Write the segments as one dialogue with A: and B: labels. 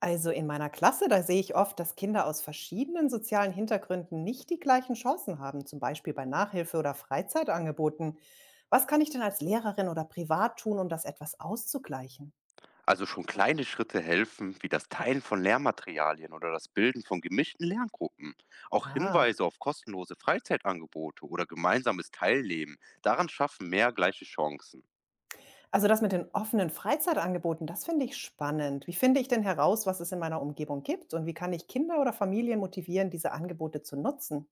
A: Also in meiner Klasse, da sehe ich oft, dass Kinder aus verschiedenen sozialen Hintergründen nicht die gleichen Chancen haben, zum Beispiel bei Nachhilfe oder Freizeitangeboten. Was kann ich denn als Lehrerin oder privat tun, um das etwas auszugleichen?
B: Also schon kleine Schritte helfen, wie das Teilen von Lehrmaterialien oder das Bilden von gemischten Lerngruppen. Auch
A: Ah,
B: Hinweise auf kostenlose Freizeitangebote oder gemeinsames Teilnehmen, daran schaffen mehr gleiche Chancen.
A: also das mit den offenen Freizeitangeboten, das finde ich spannend. Wie finde ich denn heraus, was es in meiner Umgebung gibt, und wie kann ich Kinder oder Familien motivieren, diese Angebote zu nutzen?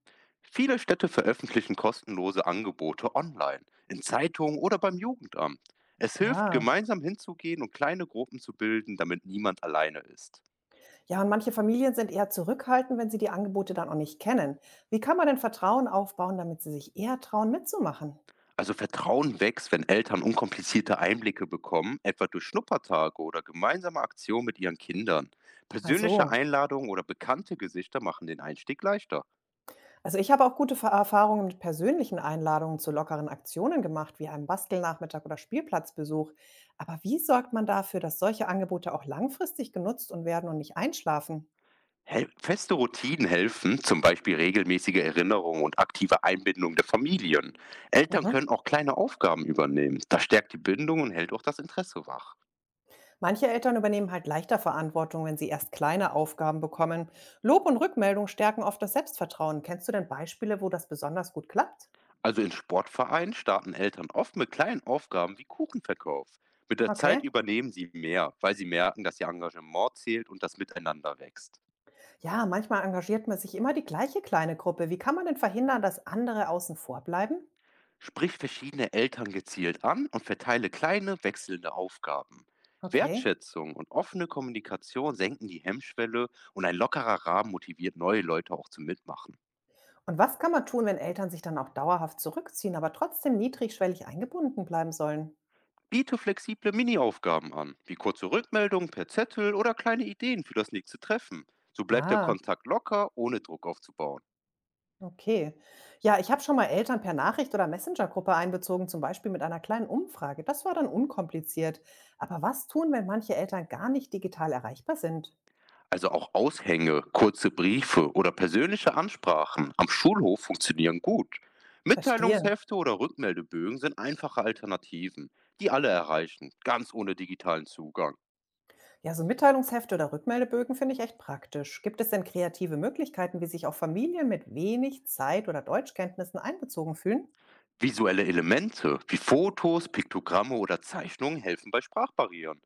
B: Viele Städte veröffentlichen kostenlose Angebote online, in Zeitungen oder beim Jugendamt. Es hilft,
A: Ah.
B: gemeinsam hinzugehen und kleine Gruppen zu bilden, damit niemand alleine ist.
A: Ja, und manche Familien sind eher zurückhaltend, wenn sie die Angebote dann auch nicht kennen. Wie kann man denn Vertrauen aufbauen, damit sie sich eher trauen, mitzumachen?
B: Also Vertrauen wächst, wenn Eltern unkomplizierte Einblicke bekommen, etwa durch Schnuppertage oder gemeinsame Aktionen mit ihren Kindern. Persönliche
A: Also,
B: Einladungen oder bekannte Gesichter machen den Einstieg leichter.
A: also ich habe auch gute Erfahrungen mit persönlichen Einladungen zu lockeren Aktionen gemacht, wie einem Bastelnachmittag oder Spielplatzbesuch. Aber wie sorgt man dafür, dass solche Angebote auch langfristig genutzt werden und nicht einschlafen?
B: Hel Feste Routinen helfen, zum Beispiel regelmäßige Erinnerungen und aktive Einbindung der Familien. Eltern
A: Mhm.
B: können auch kleine Aufgaben übernehmen. Das stärkt die Bindung und hält auch das Interesse wach.
A: Manche Eltern übernehmen halt leichter Verantwortung, wenn sie erst kleine Aufgaben bekommen. Lob und Rückmeldung stärken oft das Selbstvertrauen. Kennst du denn Beispiele, wo das besonders gut klappt?
B: Also in Sportvereinen starten Eltern oft mit kleinen Aufgaben wie Kuchenverkauf. Mit der Zeit
A: Okay.
B: übernehmen sie mehr, weil sie merken, dass ihr Engagement zählt und das Miteinander wächst.
A: Ja, manchmal engagiert man sich immer die gleiche kleine Gruppe. Wie kann man denn verhindern, dass andere außen vor bleiben?
B: Sprich verschiedene Eltern gezielt an und verteile kleine, wechselnde Aufgaben.
A: Okay.
B: Wertschätzung und offene Kommunikation senken die Hemmschwelle und ein lockerer Rahmen motiviert neue Leute auch zum Mitmachen.
A: Und was kann man tun, wenn Eltern sich dann auch dauerhaft zurückziehen, aber trotzdem niedrigschwellig eingebunden bleiben sollen?
B: Biete flexible Mini-Aufgaben an, wie kurze Rückmeldungen per Zettel oder kleine Ideen für das nächste Treffen. So bleibt der
A: Ah,
B: Kontakt locker, ohne Druck aufzubauen.
A: okay. Ja, ich habe schon mal Eltern per Nachricht oder Messenger-Gruppe einbezogen, zum Beispiel mit einer kleinen Umfrage. Das war dann unkompliziert. Aber was tun, wenn manche Eltern gar nicht digital erreichbar sind?
B: Also auch Aushänge, kurze Briefe oder persönliche Ansprachen am Schulhof funktionieren gut.
A: Verstehe.
B: Mitteilungshefte oder Rückmeldebögen sind einfache Alternativen, die alle erreichen, ganz ohne digitalen Zugang.
A: Ja, so Mitteilungshefte oder Rückmeldebögen finde ich echt praktisch. Gibt es denn kreative Möglichkeiten, wie sich auch Familien mit wenig Zeit oder Deutschkenntnissen einbezogen fühlen?
B: Visuelle Elemente wie Fotos, Piktogramme oder Zeichnungen helfen bei Sprachbarrieren.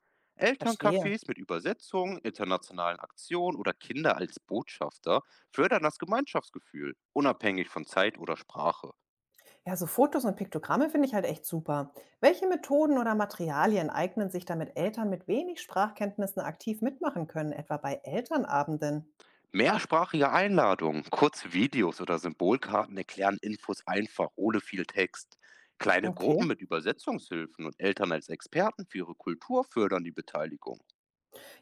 A: Verstehe.
B: Elterncafés mit Übersetzungen, internationalen Aktionen oder Kinder als Botschafter fördern das Gemeinschaftsgefühl, unabhängig von Zeit oder Sprache.
A: Ja, so Fotos und Piktogramme finde ich halt echt super. Welche Methoden oder Materialien eignen sich, damit Eltern mit wenig Sprachkenntnissen aktiv mitmachen können, etwa bei Elternabenden?
B: Mehrsprachige Einladungen, kurze Videos oder Symbolkarten erklären Infos einfach ohne viel Text. Kleine
A: Okay.
B: Gruppen mit Übersetzungshilfen und Eltern als Experten für ihre Kultur fördern die Beteiligung.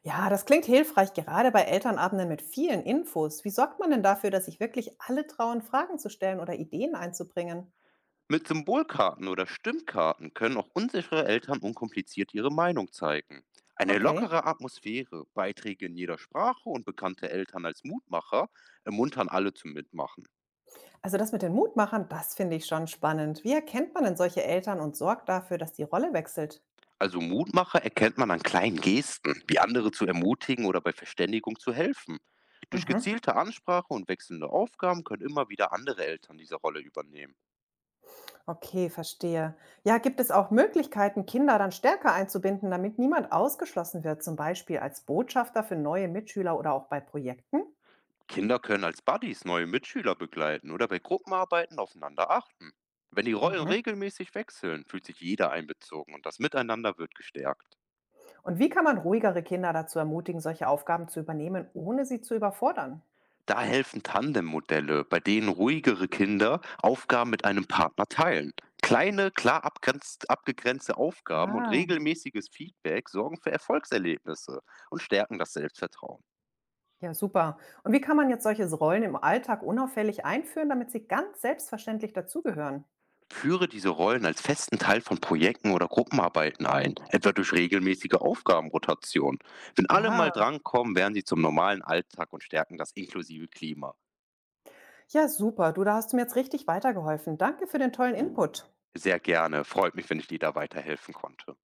A: Ja, das klingt hilfreich, gerade bei Elternabenden mit vielen Infos. Wie sorgt man denn dafür, dass sich wirklich alle trauen, Fragen zu stellen oder Ideen einzubringen?
B: Mit Symbolkarten oder Stimmkarten können auch unsichere Eltern unkompliziert ihre Meinung zeigen. Eine
A: Okay.
B: lockere Atmosphäre, Beiträge in jeder Sprache und bekannte Eltern als Mutmacher ermuntern alle zum Mitmachen.
A: Also das mit den Mutmachern, das finde ich schon spannend. Wie erkennt man denn solche Eltern und sorgt dafür, dass die Rolle wechselt?
B: Also Mutmacher erkennt man an kleinen Gesten, wie andere zu ermutigen oder bei Verständigung zu helfen. Durch
A: Mhm.
B: gezielte Ansprache und wechselnde Aufgaben können immer wieder andere Eltern diese Rolle übernehmen.
A: Okay, verstehe. Ja, gibt es auch Möglichkeiten, Kinder dann stärker einzubinden, damit niemand ausgeschlossen wird, zum Beispiel als Botschafter für neue Mitschüler oder auch bei Projekten?
B: Kinder können als Buddies neue Mitschüler begleiten oder bei Gruppenarbeiten aufeinander achten. Wenn die Rollen
A: Mhm.
B: regelmäßig wechseln, fühlt sich jeder einbezogen und das Miteinander wird gestärkt.
A: Und wie kann man ruhigere Kinder dazu ermutigen, solche Aufgaben zu übernehmen, ohne sie zu überfordern?
B: Da helfen Tandemmodelle, bei denen ruhigere Kinder Aufgaben mit einem Partner teilen. Kleine, klar abgegrenzte Aufgaben und
A: Ah,
B: regelmäßiges Feedback sorgen für Erfolgserlebnisse und stärken das Selbstvertrauen.
A: ja, super. Und wie kann man jetzt solche Rollen im Alltag unauffällig einführen, damit sie ganz selbstverständlich dazugehören?
B: Führe diese Rollen als festen Teil von Projekten oder Gruppenarbeiten ein, etwa durch regelmäßige Aufgabenrotation. Wenn alle mal
A: Ah.
B: drankommen, werden sie zum normalen Alltag und stärken das inklusive Klima.
A: Ja, super. Du, da hast du mir jetzt richtig weitergeholfen. Danke für den tollen Input.
B: Sehr gerne, freut mich, wenn ich dir da weiterhelfen konnte.